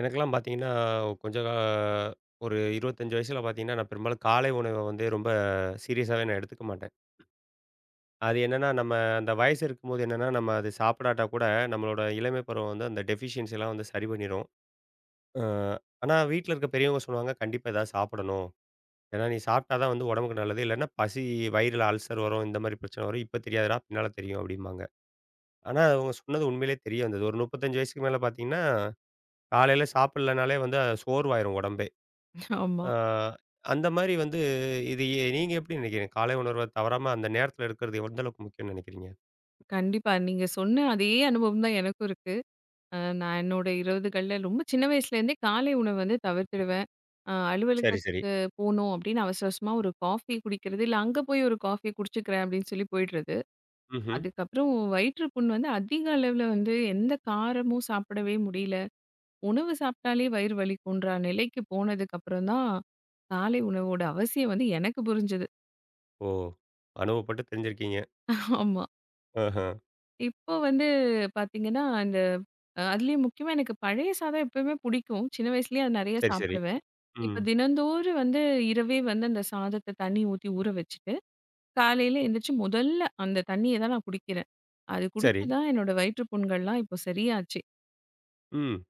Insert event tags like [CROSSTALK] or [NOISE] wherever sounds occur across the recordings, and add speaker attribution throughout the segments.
Speaker 1: எனக்கெல்லாம் பார்த்தீங்கன்னா, கொஞ்சம் கா ஒரு 25 வயசுல பார்த்தீங்கன்னா, நான் பெரும்பாலும் காலை உணவ வந்து ரொம்ப சீரியஸாவே நான் எடுத்துக்க மாட்டேன். அது என்னன்னா, நம்ம அந்த வயசு இருக்கும்போது என்னன்னா, நம்ம அது சாப்பிடாட்டா கூட நம்மளோட இளமை பருவம் வந்து அந்த டெஃபிஷியன்சிலாம் வந்து சரி பண்ணிரும். அ ஆனா வீட்ல இருக்க பெரியவங்க சொல்லுவாங்க, "கண்டிப்பா ஏதாவது சாப்பிடணும். ஏன்னா நீ சாப்பிட்டா தான் வந்து உடம்புக்கு நல்லது. இல்லன்னா பசி வயிறுல அல்சர் வரும். இந்த மாரி பிரச்சனை வரும். இப்ப தெரியாதுடா பின்னால தெரியும்." அப்படிம்பாங்க. ஆனா அவங்க சொன்னது உண்மையிலேயே தெரிய வந்தது. ஒரு 35 வயசுக்கு மேல பார்த்தீங்கன்னா, காலையில சாப்பிடலனாலே வந்து அது சோர்வாயிரும் உடம்பே.
Speaker 2: ஆமா.
Speaker 1: ஆ, அந்த மாரி வந்து இது நீங்க எப்படி நினைக்கிறீங்க? காலை உணர்வ தவறாம அந்த நேரத்தில எடுக்கிறது எந்த அளவுக்கு முக்கியம்னு நினைக்கிறீங்க?
Speaker 2: கண்டிப்பா. நீங்க சொன்ன அதே அனுபவம் தான் எனக்கும் இருக்கு. நான் என்னோட 20கள்ல ரொம்ப சின்ன வயசுலேருந்தே காலை உணவு வந்து தவிர்த்துடுவேன்.
Speaker 1: சரி, சரி.
Speaker 2: அலுவலகத்துக்கு போனோம் அப்படின்னு அவசர அவசரமா ஒரு காஃபி குடிக்கிறது, இல்ல அங்க போய் ஒரு காஃபி குடிச்சுக்கிறேன் அப்படின்னு சொல்லி போயிடுறது.
Speaker 1: ம்ஹ்ம்.
Speaker 2: அதுக்கப்புறம் வயிற்று புண் வந்து அதிக அளவுல வந்து எந்த காரமும் சாப்பிடவே முடியல. உணவு சாப்பிட்டாலே வயிறு வலிக்குன்ற நிலைக்கு போனதுக்கு அப்புறம் தான், காலை உணவோட அவசியம் வந்து எனக்கு புரிஞ்சது.
Speaker 1: ஓ! அனுபவப்பட்டு தெரிஞ்சிருக்கீங்க.
Speaker 2: ஆமா.
Speaker 1: ஆஹா.
Speaker 2: இப்போ வந்து பார்த்தீங்கன்னா, அந்த அதுலயும் முக்கியமா எனக்கு பழைய சாதம் எப்பவுமே பிடிக்கும். சின்ன வயசுலயே அது நெறைய
Speaker 1: சரி, சரி.
Speaker 2: சாப்பிடுவேன்.
Speaker 1: ம்.
Speaker 2: இப்ப தினந்தோறும் வந்து இரவே வந்து அந்த சாதத்த தண்ணி ஊத்தி ஊற வச்சுட்டு, காலையில எந்திரிச்சு முதல்ல அந்த தண்ணிய தான் நான் குடிக்கிறேன். அது
Speaker 1: சரி.
Speaker 2: குடிச்சு தான் என்னோட வயிற்று புண்கள்லாம் இப்போ சரியாச்சு.
Speaker 1: ம்.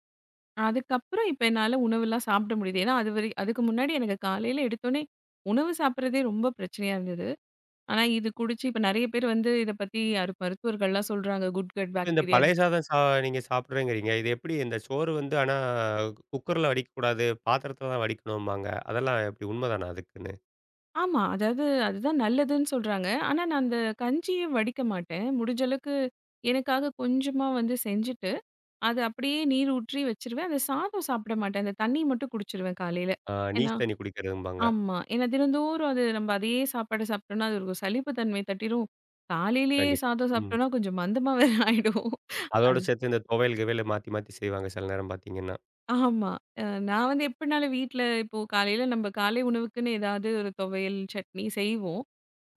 Speaker 2: அதுக்கப்புறம் இப்ப என்னால உணவுலாம் சாப்பிட முடியுது. ஏன்னா, அதுவரை அதுக்கு முன்னாடி எனக்கு காலையில எடுத்தோனே உணவு சாப்பிடுறதே ரொம்ப பிரச்சனையா இருந்தது. ஆனா, இது குடிச்சு இப்ப நெறைய பேர் வந்து இத பத்தி யாரு மருத்துவர்கள்லாம் சொல்றாங்க. குட் கட்
Speaker 1: இப்ப இந்த
Speaker 2: பாக்டீரியா.
Speaker 1: பழைய சாதம் நீங்க சாப்பிடுறேங்கிறீங்க. இது எப்படி இந்த சோறு வந்து ஆனா குக்கர்ல வடிக்கக்கூடாது, பாத்திரத்தில தான் வடிக்கணும்பாங்க. அதெல்லாம் எப்படி உண்மதானா அதுக்குன்னு?
Speaker 2: ஆமா. அதாவது அதுதான் நல்லதுன்னு சொல்றாங்க. ஆனா, நான் அந்த கஞ்சிய வடிக்க மாட்டேன். முடிஞ்ச அளவுக்கு எனக்காக கொஞ்சமா வந்து செஞ்சுட்டு, அத அப்படியே நீர் ஊற்றி வச்சுருவேன். அந்த சாதம் சாப்பிட மாட்டேன். அந்த தண்ணி மட்டும் குடிச்சிருவேன் காலையில.
Speaker 1: ஆ
Speaker 2: ஏன்னா
Speaker 1: நீஸ் தண்ணி குடிக்கிறதும்பாங்க.
Speaker 2: ஆமா. ஏன்னா தினந்தோறும் அது நம்ம அதையே சாப்பாடு சாப்பிட்டோம்னா, அது ஒரு சலிப்பு தன்மை தட்டிரும். காலையிலேயே
Speaker 1: கண்டிப்பா.
Speaker 2: சாதம்
Speaker 1: ம்.
Speaker 2: சாப்பிட்டோம்னா கொஞ்சம் மந்தமா வேற [LAUGHS] ஆயிடும்.
Speaker 1: அதோட
Speaker 2: அது
Speaker 1: சேர்த்து இந்த துவையல், கிவையல் மாத்தி மாத்தி செய்வாங்க சில நேரம் பார்த்தீங்கன்னா.
Speaker 2: ஆமா. அ நான் வந்து எப்படினாலும் வீட்ல இப்போ காலையில நம்ம காலை உணவுக்குன்னு ஏதாவது ஒரு துவையல், சட்னி செய்வோம்.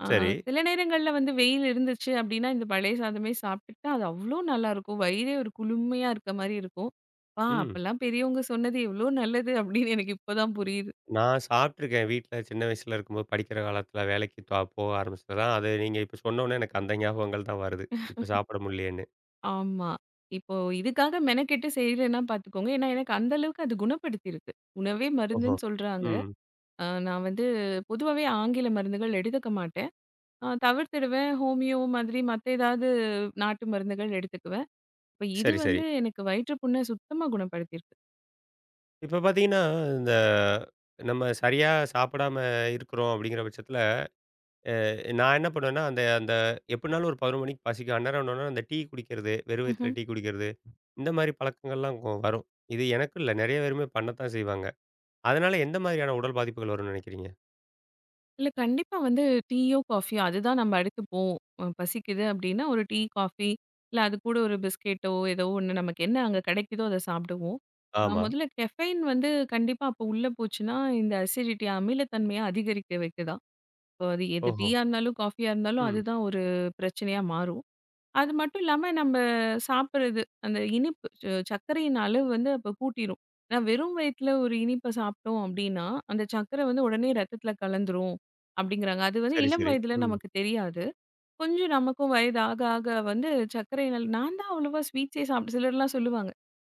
Speaker 2: ஆ
Speaker 1: சரி.
Speaker 2: சில நேரங்கள்ல வந்து வெயில் இருந்துச்சு அப்டின்னா, இந்த பழைய சாதமே சாப்பிட்டுட்டா, அது அவ்ளோ நல்லாருக்கும். வயிறே ஒரு குளுமையா இருக்க மாரி இருக்கும். "ஆ
Speaker 1: ம்.
Speaker 2: அப்பலாம் பெரியவங்க சொன்னது எவ்ளோ நல்லது" அப்டின்னு எனக்கு இப்பதான் புரியுது.
Speaker 1: நான் சாப்பிட்டுருக்கேன். வீட்ல சின்ன வயசுல இருக்கும்போது படிக்கிற காலத்துல வேலைக்கு போக ஆரம்பிச்சது தான். அது நீங்க இப்ப சொன்னோனே எனக்கு அந்த ஞாபகங்கள் தான் வருது. இப்ப சாப்பிட முடியலேன்னு.
Speaker 2: ஆமா. இப்போ இதுக்காக மெனக்கெட்டு செய்யலன்னா பார்த்துக்கோங்க. ஏன்னா, எனக்கு அந்த அளவுக்கு அது குணப்படுத்தியிருக்கு. உணவே
Speaker 1: ஓஹோ!
Speaker 2: மருந்துன்னு சொல்றாங்க.
Speaker 1: ம்.
Speaker 2: நான் வந்து பொதுவாவே ஆங்கில மருந்துகள் எடுத்துக்க மாட்டேன். தவிர்த்துடுவேன். ஹோமியோ மாதிரி மத்த ஏதாவது நாட்டு மருந்துகள் எடுத்துக்குவேன். இப்ப இது
Speaker 1: சரி, சரி.
Speaker 2: வந்து எனக்கு வயிற்று புண்ண சுத்தமா குணப்படுத்தியிருக்கு.
Speaker 1: இப்ப பார்த்தீங்கன்னா, இந்த நம்ம சரியா சாப்பிடாம இருக்கிறோம் அப்படிங்கிற பட்சத்துல, அ நான் என்ன பண்ணுவேன்னா, அந்த அந்த எப்படினாலும் ஒரு 11 மணிக்கு பசிக்கும். அந்நேரம் என்னன்னா, அந்த டீ குடிக்கிறது, வெறும் வயித்துல
Speaker 2: ம்ஹ்ம்.
Speaker 1: டீ குடிக்கிறது, இந்த மாரி பழக்கங்கள்லாம் வரும். இது எனக்கு இல்ல. நெறைய பேருமே பண்ணத்தான் செய்வாங்க. அதனால எந்த மாதிரியான உடல் பாதிப்புகள் வரும்னு நினைக்கிறீங்க?
Speaker 2: இல்ல கண்டிப்பா வந்து டீயோ, காஃபியோ அதுதான் நம்ம அடுத்துப்போம். பசிக்குது அப்டின்னா, ஒரு டீ, காஃபி இல்ல அது கூட ஒரு பிஸ்கெட்டோ, ஏதோ ஒண்ணு நமக்கு என்ன அங்க கிடைக்குதோ அத சாப்பிடுவோம்.
Speaker 1: ஆமா.
Speaker 2: முதல்ல கெஃபைன் வந்து கண்டிப்பா அப்போ உள்ள போச்சுன்னா, இந்த அசிடிட்டி அமிலத்தன்மைய அதிகரிக்க வைக்குதாம். இப்போ அது எது
Speaker 1: ஓஹோ!
Speaker 2: டீயா இருந்தாலும், காஃபியா இருந்தாலும்
Speaker 1: ம்.
Speaker 2: அதுதான் ஒரு பிரச்சனையா மாறும். அது மட்டும் இல்லாம நம்ம சாப்பிடுறது அந்த இனிப்பு சர்க்கரையின் அளவு வந்து அப்ப கூட்டிரும். ஏன்னா வெறும் வயித்துல ஒரு இனிப்ப சாப்பிட்டோம் அப்டின்னா, அந்த சர்க்கரை வந்து உடனே ரத்தத்துல கலந்துரும் அப்டிங்கிறாங்க. அது வந்து
Speaker 1: சரி,
Speaker 2: இளம்
Speaker 1: சரி.
Speaker 2: வயதுல
Speaker 1: ம்.
Speaker 2: நமக்கு தெரியாது. கொஞ்சம் நமக்கும் வயது ஆக ஆக வந்து சர்க்கரையின் அளவு நான் தான் அவ்வளவா ஸ்வீட்ஸே சாப்பிட்டு சிலர்லாம் சொல்லுவாங்க.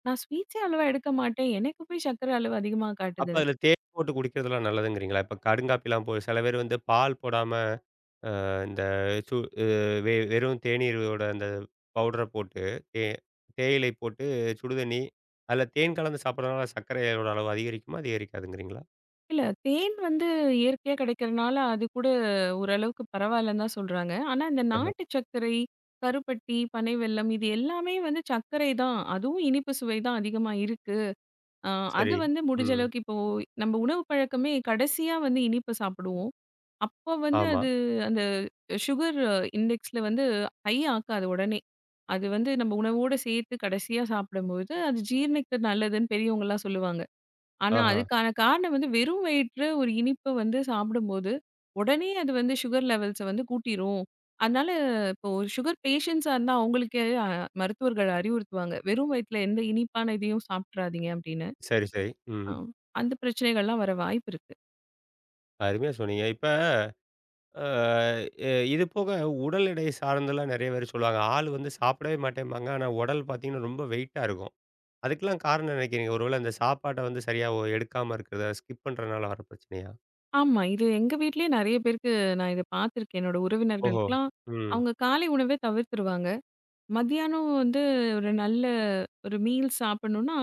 Speaker 2: நான் ஸ்வீட்ஸே அவ்வளவா எடுக்க மாட்டேன். எனக்கு போய் சர்க்கரை அளவு அதிகமா
Speaker 1: அப்ப
Speaker 2: காட்டுது.
Speaker 1: அதுல தேன் போட்டு குடிக்கிறதெல்லாம் நல்லதுங்கிறீங்களா? இப்ப கடுங்காப்பிலாம் சில பேர் வந்து பால் போடாம இந்த சு அ வெ வெறும் தேநீரோட அந்த பவுடர போட்டு, தே தேயிலை போட்டு சுடுதண்ணி, அதுல தேன் கலந்து சாப்பிடுறதுனால சர்க்கரையோட அளவு அதிகரிக்குமா? அதிகரிக்காதுங்கிறீங்களா?
Speaker 2: இல்ல. தேன் வந்து இயற்கையா கிடைக்கிறனால, அது கூட ஓரளவுக்கு பரவாயில்லன்னு தான் சொல்றாங்க. ஆனா, இந்த
Speaker 1: ஆஹ.
Speaker 2: நாட்டு சர்க்கரை, கருப்பட்டி, பனை வெல்லம் இது எல்லாமே வந்து சர்க்கரை தான். அதுவும் இனிப்பு சுவை தான் அதிகமா இருக்கு. அ அது
Speaker 1: சரி.
Speaker 2: வந்து முடிஞ்ச
Speaker 1: ம்.
Speaker 2: அளவுக்கு இப்போ நம்ம உணவு பழக்கமே கடைசியா வந்து இனிப்பு சாப்பிடுவோம். அப்போ வந்து
Speaker 1: ஆமா.
Speaker 2: அது அந்த சுகர் இண்டெக்ஸ்ல வந்து ஹை ஆக்காது உடனே. அது வந்து நம்ம உணவோட சேர்த்து கடைசியா சாப்பிடும்போது, அது ஜீரணிக்க நல்லதுன்னு பெரியவங்கலாம் சொல்லுவாங்க. ஆனா,
Speaker 1: ஆஹா.
Speaker 2: அதுக்கான காரணம் வந்து வெறும் வயிற்று ஒரு இனிப்பு வந்து சாப்பிடும்போது, உடனே அது வந்து சுகர் லெவல்ஸ வந்து கூட்டிரும். அதனால இப்போ ஒரு சுகர் பேஷண்ட்ஸா இருந்தா அவங்களுக்கே மருத்துவர்கள் அறிவுறுத்துவாங்க. வெறும் வயித்துல எந்த இனிப்பான இதையும் சாப்பிட்றாதீங்க அப்படின்னு.
Speaker 1: சரி, சரி. ம்.
Speaker 2: அ அந்த பிரச்சனைகள்லாம் வர வாய்ப்பு இருக்கு.
Speaker 1: அருமையா சொன்னீங்க. இப்ப அ எ இது போக உடல் எடை சார்ந்தெல்லாம் நெறைய பேர் சொல்லுவாங்க. ஆள் வந்து சாப்பிடவே மாட்டேம்பாங்க. ஆனா உடல் பார்த்தீங்கன்னா ரொம்ப வெயிட்டா இருக்கும். அதுக்கெல்லாம் காரணம் நினைக்கிறீங்க? ஒருவேள அந்த சாப்பாட்ட வந்து சரியா எடுக்காம இருக்கிறதா? ஸ்கிப் பண்றனால வர பிரச்சனையா?
Speaker 2: ஆமா. இது எங்க வீட்லயே நெறைய பேருக்கு நான் இத பார்த்துருக்கேன். என்னோட
Speaker 1: ஓஹோ!
Speaker 2: உறவினர்களுக்கெல்லாம்
Speaker 1: ம்.
Speaker 2: அவங்க காலை உணவே தவிர்த்துருவாங்க. மதியானம் வந்து ஒரு நல்ல ஒரு மீல் சாப்பிடணும்னா,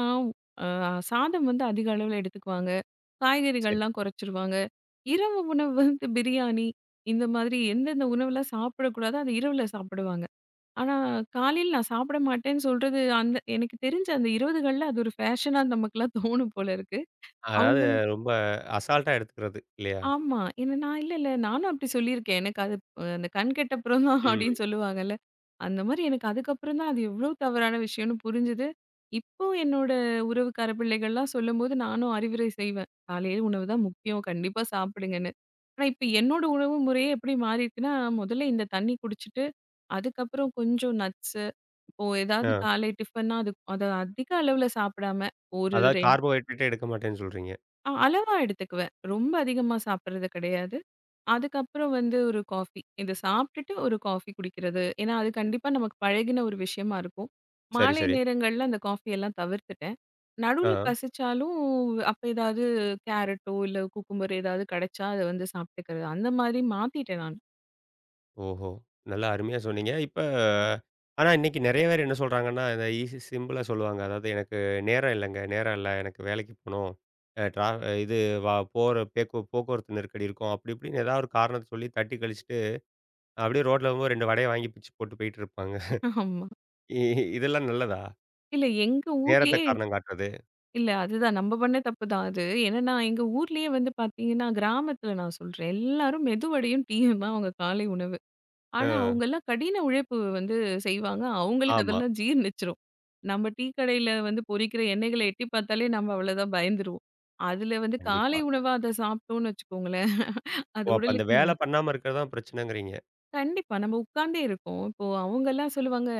Speaker 2: அ சாதம் வந்து அதிக அளவுல எடுத்துக்குவாங்க.
Speaker 1: சரி.
Speaker 2: காய்கறிகள்லாம் குறைச்சிருவாங்க. இரவு உணவு வந்து பிரியாணி, இந்த மாதிரி எந்தெந்த உணவுலாம் சாப்பிடக்கூடாதோ, அது இரவுல சாப்பிடுவாங்க. ஆனா, காலையில நான் சாப்பிட மாட்டேன்னு சொல்றது, அந்த எனக்கு தெரிஞ்சு அந்த 20கள்ல அது ஒரு ஃபேஷனா நமக்கெல்லாம் தோணும் போல இருக்கு.
Speaker 1: அதாவது ரொம்ப அசால்ட்டா எடுத்துக்கிறது இல்லையா?
Speaker 2: ஆமா. ஏன்னா நான் இல்ல, நானும் அப்படி சொல்லியிருக்கேன். எனக்கு அது அந்த கண் கெட்டப்புறம் தான் [LAUGHS] அப்படின்னு
Speaker 1: ம்.
Speaker 2: சொல்லுவாங்கல்ல. அந்த மாரி எனக்கு அதுக்கப்புறம் தான் அது எவ்ளோ தவறான விஷயம்னு புரிஞ்சுது. இப்போ என்னோட உறவுக்கார பிள்ளைகள்லாம் சொல்லும்போது நானும் அறிவுரை செய்வேன். காலையில உணவு தான் முக்கியம். கண்டிப்பா சாப்பிடுங்கன்னு. ஆனா இப்ப என்னோட உணவு முறையே எப்படி மாறிருக்குன்னா, முதல்ல இந்த தண்ணி குடிச்சிட்டு, அதுக்கப்புறம் கொஞ்சம் நட்ஸு இப்போ ஏதாவது
Speaker 1: ஆ.
Speaker 2: காலை டிஃபன்னா அது அத அதிக அளவுல சாப்பிடாம ஒரு
Speaker 1: அதாவது
Speaker 2: 2
Speaker 1: கார்போஹைட்ரேட்டே எடுக்க மாட்டேன்னு சொல்றீங்க.
Speaker 2: அளவா எடுத்துக்குவேன். ரொம்ப அதிகமா சாப்பிடுறது கிடையாது. அதுக்கப்புறம் வந்து ஒரு காஃபி. இத சாப்பிட்டுட்டு ஒரு காஃபி குடிக்கிறது. ஏன்னா, அது கண்டிப்பா நமக்கு பழகின ஒரு விஷயமா இருக்கும்.
Speaker 1: சரி,
Speaker 2: மாலை
Speaker 1: சரி.
Speaker 2: நேரங்கள்ல அந்த காஃபி எல்லாம் தவிர்த்துட்டேன். நடுவுல
Speaker 1: ஆ.
Speaker 2: பசிச்சாலும் அப்ப ஏதாவது கேரட்டோ, இல்ல குக்கும்பர் ஏதாவது கிடைச்சா அத வந்து சாப்பிட்டுக்கிறது. அந்த மாதிரி மாத்திட்டேன் நான்.
Speaker 1: ஓஹோ! நல்லா அருமையா சொன்னீங்க. இப்ப ஆனா இன்னைக்கு நெறைய பேர் என்ன சொல்றாங்கன்னா, இத ஈஸி சிம்பிளா சொல்லுவாங்க. அதாவது எனக்கு நேரம் இல்லங்க. நேரம் இல்ல. எனக்கு வேலைக்கு போணும். அ ட்ரா இது வ போற பேக்கு போக்குவரத்து நெருக்கடி இருக்கும். அப்படி இப்படின்னு ஏதாவது ஒரு காரணத்த சொல்லி தட்டி கழிச்சுட்டு அப்படியே ரோட்ல வரும்போது 2 வடைய வாங்கி பிச்சு போட்டு போயிட்டு இருப்பாங்க.
Speaker 2: ஆமா.
Speaker 1: இ இ- இதெல்லாம் நல்லதா?
Speaker 2: இல்ல எங்க
Speaker 1: நேரத்த
Speaker 2: ஊர்லயே
Speaker 1: காரணம் காட்டுறது.
Speaker 2: இல்ல அதுதான் நம்ம பண்ண தப்பு தான் அது. என்னன்னா எங்க ஊர்லயே வந்து பார்த்தீங்கன்னா, கிராமத்துல நான் சொல்றேன். எல்லாரும் மெதுவடையும், டீயும் தான் அவங்க காலை உணவு. ஆனா,
Speaker 1: அ
Speaker 2: அவங்கலாம் கடின உழைப்பு வந்து செய்வாங்க. அவங்களுக்கு
Speaker 1: ஆமா.
Speaker 2: அதெல்லாம் ஜீரணிச்சுரும். நம்ம டீ கடையில வந்து பொரிக்கிற எண்ணெய்கள எட்டி பார்த்தாலே நம்ம அவ்வளோதான் பயந்துருவோம். அதுல வந்து
Speaker 1: கண்டிப்பா.
Speaker 2: காலை உணவா அத சாப்பிட்டோம்னு வச்சுக்கோங்களேன்,
Speaker 1: ஓ!
Speaker 2: அது
Speaker 1: அப்ப அந்த
Speaker 2: உடலுக்கு
Speaker 1: வேல பண்ணாம இருக்கிறது தான் பிரச்சனைங்கிறீங்க.
Speaker 2: கண்டிப்பா. நம்ம உட்கார்ந்தே இருக்கோம். இப்போ அவங்கலாம் சொல்லுவாங்க,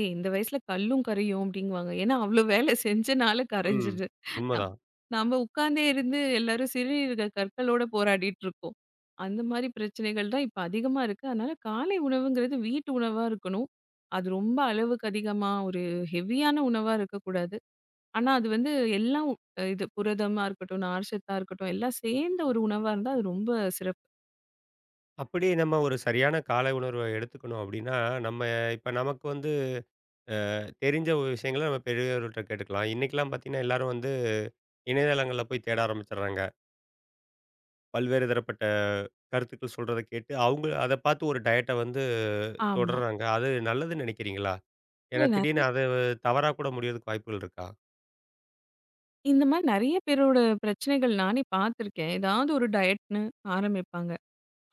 Speaker 2: "ஏய் இந்த வயசுல கல்லும் கரையும்" அப்படிங்குவாங்க. ஏன்னா அவ்ளோ வேலை செஞ்சனால
Speaker 1: ம்.
Speaker 2: கரைஞ்சிருது. நம்
Speaker 1: உண்மதான்.
Speaker 2: நம்ம உட்கார்ந்தே இருந்து எல்லாரும் சிறுநீரக கற்களோட போராடிட்டு இருக்கோம். அந்த மாரி பிரச்சனைகள் தான் இப்ப அதிகமா இருக்கு. அதனால காலை உணவுங்கிறது வீட்டு உணவா இருக்கணும். அது ரொம்ப அளவுக்கு அதிகமா ஒரு ஹெவியான உணவா இருக்கக்கூடாது. ஆனா அது வந்து எல்லாம் உ- இது புரதமா இருக்கட்டும், நார்ச்சத்தா இருக்கட்டும் எல்லாம் சேர்ந்த ஒரு உணவா இருந்தா அது ரொம்ப சிறப்பு.
Speaker 1: அப்படி நம்ம ஒரு சரியான காலை உணர்வ எடுத்துக்கணும் அப்படின்னா, நம்ம இப்ப நமக்கு வந்து தெரிஞ்ச ஒரு விஷயங்கள நம்ம பெரியவர்கள்ட்ட கேட்டுக்கலாம். இன்னைக்கெல்லாம் பார்த்தீங்கன்னா, எல்லாரும் வந்து இணையதளங்கள்ல போய் தேட ஆரம்பிச்சுடுறாங்க. பல்வேறு தரப்பட்ட கருத்துக்கள் சொல்றத கேட்டு, அவங்க அத பார்த்து ஒரு டயட்ட வந்து
Speaker 2: ஆமா.
Speaker 1: தொடர்றாங்க. அது நல்லதுன்னு நினைக்கிறீங்களா? ஏன்னா,
Speaker 2: இல்ல
Speaker 1: திடீர்னு
Speaker 2: நெறைய
Speaker 1: அது தவறா கூட முடியறதுக்கு வாய்ப்புகள் இருக்கா?
Speaker 2: இந்த மாரி நெறைய பேரோட பிரச்சனைகள் நானே பார்த்துருக்கேன். ஏதாவது ஒரு டயட்ன்னு ஆரம்பிப்பாங்க.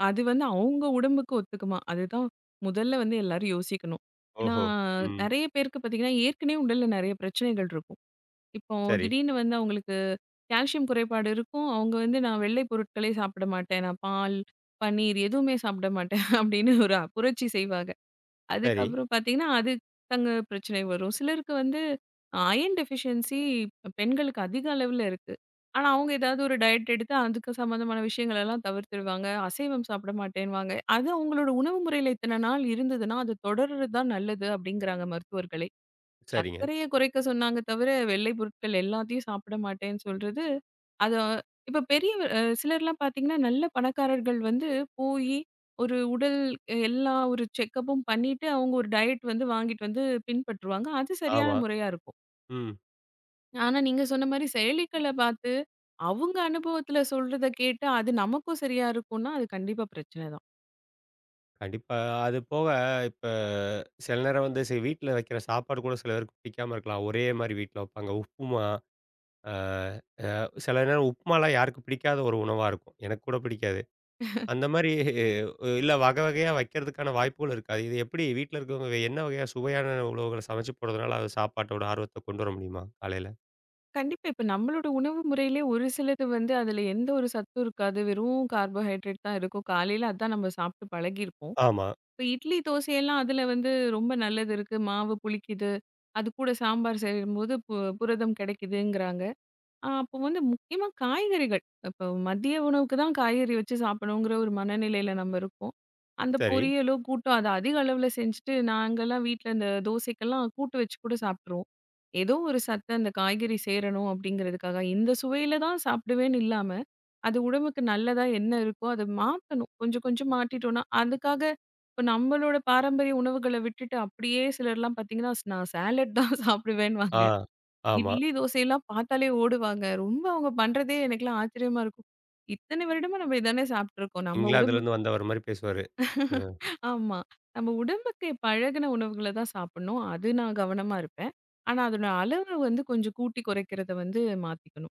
Speaker 2: அது வந்து அவங்க உடம்புக்கு ஒத்துக்குமா? அதுதான் முதல்ல வந்து எல்லாரும் யோசிக்கணும். ஏன்னா,
Speaker 1: ஓஹோ! ம்.
Speaker 2: நெறைய பேருக்கு பார்த்தீங்கன்னா, ஏற்கனவே உடல்ல நெறைய பிரச்சனைகள் இருக்கும். இப்போ
Speaker 1: சரி,
Speaker 2: திடீர்னு வந்து அவங்களுக்கு கால்சியம் குறைபாடு இருக்கும். அவங்க வந்து நான் வெள்ளை பொருட்களே சாப்பிட மாட்டேன். நான் பால், பன்னீர் எதுவுமே சாப்பிட மாட்டேன் அப்படின்னு ஒரு புரட்சி செய்வாங்க.
Speaker 1: சரி,
Speaker 2: அதுக்கப்புறம் பார்த்தீங்கன்னா, அது தாங்க பிரச்சனை வரும். சிலருக்கு வந்து அயர்ன் டெஃபிஷியன்சி பெண்களுக்கு அதிக அளவுல இருக்கு. ஆனா, அவங்க ஏதாவது ஒரு டயட் எடுத்து அதுக்கு சம்மந்தமான விஷயங்கள் எல்லாம் தவிர்த்துடுவாங்க. அசைவம் சாப்பிட மாட்டேன்னுவாங்க. அது அவங்களோட உணவு முறையில இத்தன நாள் இருந்ததுன்னா, அது தொடர்றது தான் நல்லது அப்படிங்கிறாங்க மருத்துவர்களே.
Speaker 1: சரிங்க.
Speaker 2: சர்க்கரைய குறைக்க சொன்னாங்க தவிர, வெள்ளை பொருட்கள் எல்லாத்தையும் சாப்பிட மாட்டேன்னு சொல்றது, அது இப்ப பெரிய சிலர்லாம் பார்த்தீங்கன்னா, நல்ல பணக்காரர்கள் வந்து போயி, ஒரு உடல் எல்லா ஒரு செக்கப்பும் பண்ணிட்டு, அவங்க ஒரு டயட் வந்து வாங்கிட்டு வந்து பின்பற்றுவாங்க. அது சரியான
Speaker 1: ஆமா.
Speaker 2: முறையா இருக்கும்.
Speaker 1: ம்.
Speaker 2: ஆனா, நீங்க சொன்ன மாரி செயலிகள பார்த்து, அவங்க அனுபவத்துல சொல்றத கேட்டு, அது நமக்கும் சரியா இருக்கும்னா, அது கண்டிப்பா பிரச்சனை தான்.
Speaker 1: கண்டிப்பா. அது போக இப்ப சில நேரம் வந்து சரி வீட்ல வைக்கிற சாப்பாடு கூட சில பேருக்கு பிடிக்காம இருக்கலாம். ஒரே மாரி வீட்ல வைப்பாங்க. உப்புமா, அ சில நேரம் உப்புமாலாம் யாருக்கும் பிடிக்காத ஒரு உணவா இருக்கும். எனக்கு கூட பிடிக்காது. அந்த மாரி இல்ல வகை வகையா வைக்கிறதுக்கான வாய்ப்புகள் இருக்காது. இது எப்படி வீட்ல இருக்கவங்க என்ன வகையா சுவையான உணவுகள சமைச்சு போடுறதுனால அது சாப்பாட்டோட ஆர்வத்த கொண்டு வர முடியுமா? காலையில.
Speaker 2: கண்டிப்பா. இப்ப நம்மளோட உணவு முறையிலே ஒரு சிலது வந்து அதுல எந்த ஒரு சத்தும் இருக்காது. வெறும் கார்போஹைட்ரேட் தான் இருக்கும். காலையில அதான் நம்ம சாப்பிட்டு பழகியிருப்போம்.
Speaker 1: ஆமா.
Speaker 2: இப்ப இட்லி, தோசையெல்லாம் அதுல வந்து ரொம்ப நல்லது இருக்கு. மாவு புளிக்குது. அது கூட சாம்பார் செய்யும்போது புரதம் கிடைக்குதுங்கிறாங்க. அப்போ வந்து முக்கியமா காய்கறிகள். இப்போ மதிய உணவுக்கு தான் காய்கறி வச்சு சாப்பிடணுங்கிற ஒரு மனநிலையில நம்ம இருக்கோம். அந்த
Speaker 1: சரி.
Speaker 2: பொரியலோ, கூட்டோ அத அதிக அளவுல செஞ்சுட்டு நாங்கலாம் வீட்ல இந்த தோசைக்கெல்லாம் கூட்டு வச்சு கூட சாப்பிட்டுருவோம். ஏதோ ஒரு சத்து அந்த காய்கறி சேரணும் அப்படிங்கிறதுக்காக, இந்த சுவையில தான் சாப்பிடுவேன்னு இல்லாம, அது உடம்புக்கு நல்லதா என்ன இருக்கோ அத மாத்தணும். கொஞ்சம் கொஞ்சம் மாட்டிட்டோம்னா, அதுக்காக இப்போ நம்மளோட பாரம்பரிய உணவுகள விட்டுட்டு அப்படியே சிலர்லாம் பார்த்தீங்கன்னா, நான் சாலட் தான்
Speaker 1: ஆ,
Speaker 2: சாப்பிடுவேன்னுவாங்க.
Speaker 1: ஆமா.
Speaker 2: இட்லி, தோசைலாம் பார்த்தாலே ஓடுவாங்க. ரொம்ப அவங்க பண்றதே எனக்கெல்லாம் ஆச்சரியமா இருக்கும். இத்தன வருடமா நம்ம இதானே சாப்பிட்டுருக்கோம். நம்ம உடம்பு.
Speaker 1: இங்கிலாந்துலேருந்து வந்தவர் மாரி பேசுவாரு. ம்.
Speaker 2: ஆமா. நம்ம உடம்புக்கு பழகுன உணவுகள தான் சாப்பிடணும். அது நான் கவனமா இருப்பேன். ஆனா அதோட அளவு வந்து கொஞ்சம் கூட்டி குறைக்கிறத வந்து மாத்திக்கணும்.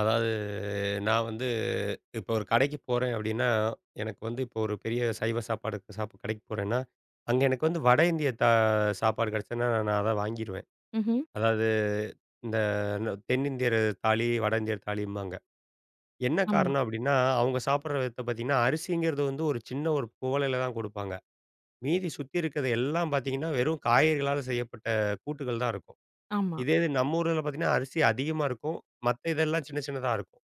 Speaker 1: அதாவது நான் வந்து இப்போ ஒரு கடைக்கு போறேன் அப்டின்னா, எனக்கு வந்து இப்போ ஒரு பெரிய சைவ சாப்பாடு சாப் கடைக்கு போறேன்னா, அங்க எனக்கு வந்து வட இந்திய சாப்பாடு கிடைச்சதுன்னா, நான் அத வாங்கிருவேன்.
Speaker 2: ம்ஹ்ம்.
Speaker 1: அதாவது இந்த தென்னிந்தியர் தாலி, வட இந்தியர் தாலிம்பாங்க. என்ன
Speaker 2: ஆமா,
Speaker 1: காரணம் அப்டின்னா, அவங்க சாப்பிடுற விதத்த பார்த்தீங்கன்னா, அரிசிங்கிறது வந்து ஒரு சின்ன ஒரு குவளையில தான் குடுப்பாங்க. மீதி சுத்தி இருக்கிறது எல்லாம் பார்த்தீங்கன்னா, வெறும் காய்கறிகளால செய்யப்பட்ட கூட்டுகள் தான் இருக்கும்.
Speaker 2: ஆமா.
Speaker 1: இதே இது நம்ம ஊர்ல பார்த்தீங்கன்னா, அரிசி அதிகமா இருக்கும். மத்த இதெல்லாம் சின்ன சின்னதா இருக்கும்.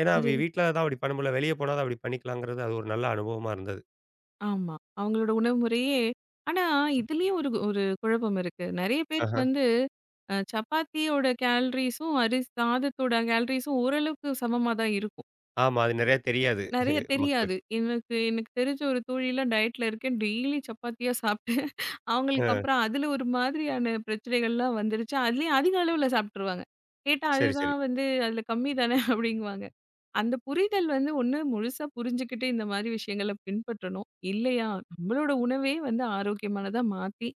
Speaker 1: ஏன்னா
Speaker 2: அது
Speaker 1: வீட்ல தான் அப்படி பண்ண முடியல. வெளிய போனா தான் அப்படி பண்ணிக்கலாங்கிறது அது ஒரு நல்ல அனுபவமா இருந்தது.
Speaker 2: ஆமா. அவங்களோட உணவு முறையே ஆனா இதுலயும் ஒரு ஒரு குழப்பம் இருக்கு. நெறைய பேருக்கு
Speaker 1: ஆஹ.
Speaker 2: வந்து சப்பாத்தியோட கேலரீஸும், அரிசி சாதத்தோட கேலரீஸும் ஓரளவுக்கு சமமா தான் இருக்கும்.
Speaker 1: ஆமா. அது நெறைய தெரியாது
Speaker 2: நெறைய
Speaker 1: [LAUGHS]
Speaker 2: தெரியாது.
Speaker 1: மக்களுக்கு.
Speaker 2: எனக்கு எனக்கு தெரிஞ்ச ஒரு தோழிலாம் டயட்ல இருக்கேன். டெய்லி சப்பாத்தியா சாப்பிட்டேன். அவங்களுக்கு
Speaker 1: அ
Speaker 2: அப்புறம் அதில ஒரு மாதிரியான பிரச்சனைகள்லாம் வந்துருச்சு. அதுலயும் அதிக அளவுல சாப்பிட்டுருவாங்க. கேட்டா
Speaker 1: சரி, சரி.
Speaker 2: அதுதான் வந்து அதில கம்மி தானே [LAUGHS] அப்படிங்குவாங்க. அந்த புரிதல் வந்து ஒண்ணு முழுசா புரிஞ்சுகிட்டு இந்த மாதிரி விஷயங்கள பின்பற்றணும். இல்லையா நம்மளோட உணவே வந்து ஆரோக்கியமானதா மாத்தி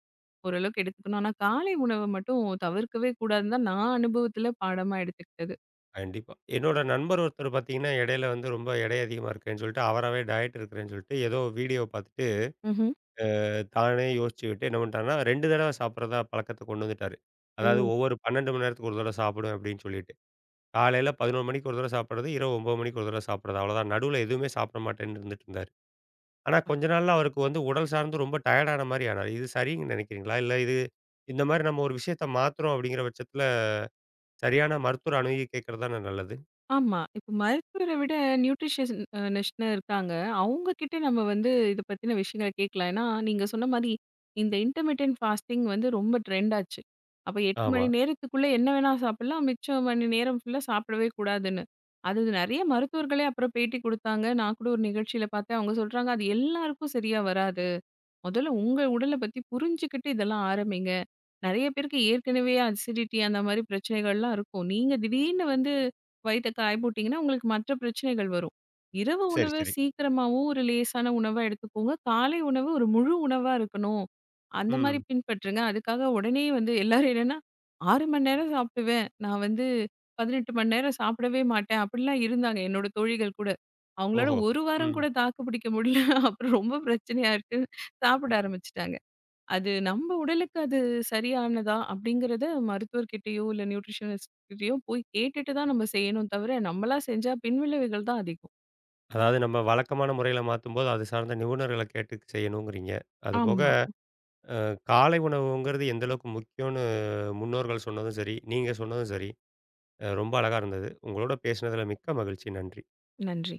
Speaker 2: ஓரளவுக்கு எடுத்துக்கணும். ஆனா காலை உணவ மட்டும் தவிர்க்கவே கூடாதுன்னு தான் நான் அனுபவத்தில பாடமா எடுத்துக்கிட்டது.
Speaker 1: கண்டிப்பா. என்னோட நண்பர் ஒருத்தர் பார்த்தீங்கன்னா, இடையில வந்து ரொம்ப எடை அதிகமா இருக்கேன்னு சொல்லிட்டு, அவராவே டயட் இருக்கிறேன்னு சொல்லிட்டு, ஏதோ வீடியோ பார்த்துட்டு
Speaker 2: ம்ஹ்ம்.
Speaker 1: தானே யோசிச்சுக்கிட்டு என்ன பண்ணிட்டாருன்னா, 2 தடவ சாப்பிடுறதா பழக்கத்த கொண்டு வந்துட்டாரு.
Speaker 2: ஓ!
Speaker 1: அதாவது ஒவ்வொரு 12 மணி நேரத்துக்கு ஒரு தடவ சாப்பிடுவேன் அப்படின்னு சொல்லிட்டு. காலையில 11 மணிக்கு ஒரு தடவ சாப்பிடுறது, இரவு 9 மணிக்கு ஒரு தடவ சாப்பிடுறது. அவ்வளோதான். நடுவுல எதுவுமே சாப்பிட மாட்டேன்னு இருந்துட்டு இருந்தாரு. ஆனா கொஞ்ச நாள்ல அவருக்கு வந்து உடல் சார்ந்து ரொம்ப டயர்ட் ஆன மாரி ஆனாரு. இது சரின்னு நினைக்கிறீங்களா? இல்ல இது இந்த மாரி நம்ம ஒரு விஷயத்த மாத்துறோம் அப்படிங்கிற பட்சத்துல, சரியான மருத்துவர அணுகி கேட்கிறது தானே நல்லது.
Speaker 2: ஆமா. இப்ப மருத்துவர விட நியூட்ரிஷியன் நிஷ்னு இருக்காங்க. அவங்க கிட்ட நம்ம வந்து இத பத்தின விஷயங்கள கேட்கலாம். ஏன்னா, நீங்க சொன்ன மாரி இந்த இன்டர்மிட்டன்ட் ஃபாஸ்டிங் வந்து ரொம்ப ட்ரெண்ட் ஆச்சு. அப்ப 8
Speaker 1: ஆமா.
Speaker 2: மணி நேரத்துக்குள்ள என்ன வேணா சாப்பிடலாம். மிச்சம் மணி நேரம் ஃபுல்லா சாப்பிடவே கூடாதுன்னு. அது நெறைய மருத்துவர்களே அப்புறம் பேட்டி குடுத்தாங்க. நான் கூட ஒரு நிகழ்ச்சியில பார்த்தேன். அவங்க சொல்றாங்க, அது எல்லாருக்கும் சரியா வராது. முதல்ல உங்க உடல பத்தி புரிஞ்சுக்கிட்டு இதெல்லாம் ஆரம்பிங்க. நெறைய பேருக்கு ஏற்கனவே அசிடிட்டி அந்த மாரி பிரச்சனைகள்லாம் இருக்கும். நீங்க திடீர்னு வந்து வயித்த காய போட்டீங்கன்னா, உங்களுக்கு மற்ற பிரச்சனைகள் வரும். இரவு
Speaker 1: சரி,
Speaker 2: உணவு
Speaker 1: சரி.
Speaker 2: சீக்கிரமாவும் ஒரு லேசான உணவா எடுத்துக்கோங்க. காலை உணவு ஒரு முழு உணவா இருக்கணும். அந்த மாரி
Speaker 1: ம்.
Speaker 2: பின்பற்றுங்க. அதுக்காக உடனே வந்து எல்லாரும் என்னன்னா, 6 மணி நேரம் சாப்பிடுவேன். நான் வந்து 18 மணி நேரம் சாப்பிடவே மாட்டேன். அப்படிலாம் இருந்தாங்க என்னோட தோழிகள் கூட. அவங்களால
Speaker 1: ஓஹோ!
Speaker 2: 1 வாரம்
Speaker 1: ம்.
Speaker 2: கூட தாக்கு பிடிக்க முடியல. அப்புறம் ரொம்ப பிரச்சனையா இருக்கு. சாப்பிட ஆரம்பிச்சுட்டாங்க. அது நம்ம உடலுக்கு அது சரியானதா? அப்படிங்கிறத மருத்துவர்கிட்டயோ, இல்ல நியூட்ரிஷனிஸ்ட் கிட்டயோ போய் கேட்டுட்டு தான் நம்ம செய்யணும் தவிர, நம்மளா செஞ்சா பின்விளைவுகள் தான் அதிகம்.
Speaker 1: அதாவது நம்ம வழக்கமான முறையில மாத்தும்போது, அது சார்ந்த நிபுணர்கள கேட்டு செய்யணுங்கிறீங்க. அதுபோக
Speaker 2: ஆமா.
Speaker 1: காலை உணவுங்கிறது எந்த அளவுக்கு முக்கியம்னு முன்னோர்கள் சொன்னதும் சரி, நீங்க சொன்னதும் சரி, அ ரொம்ப அழகா இருந்தது. உங்களோட பேசினதுல மிக்க மகிழ்ச்சி. நன்றி.
Speaker 2: நன்றி.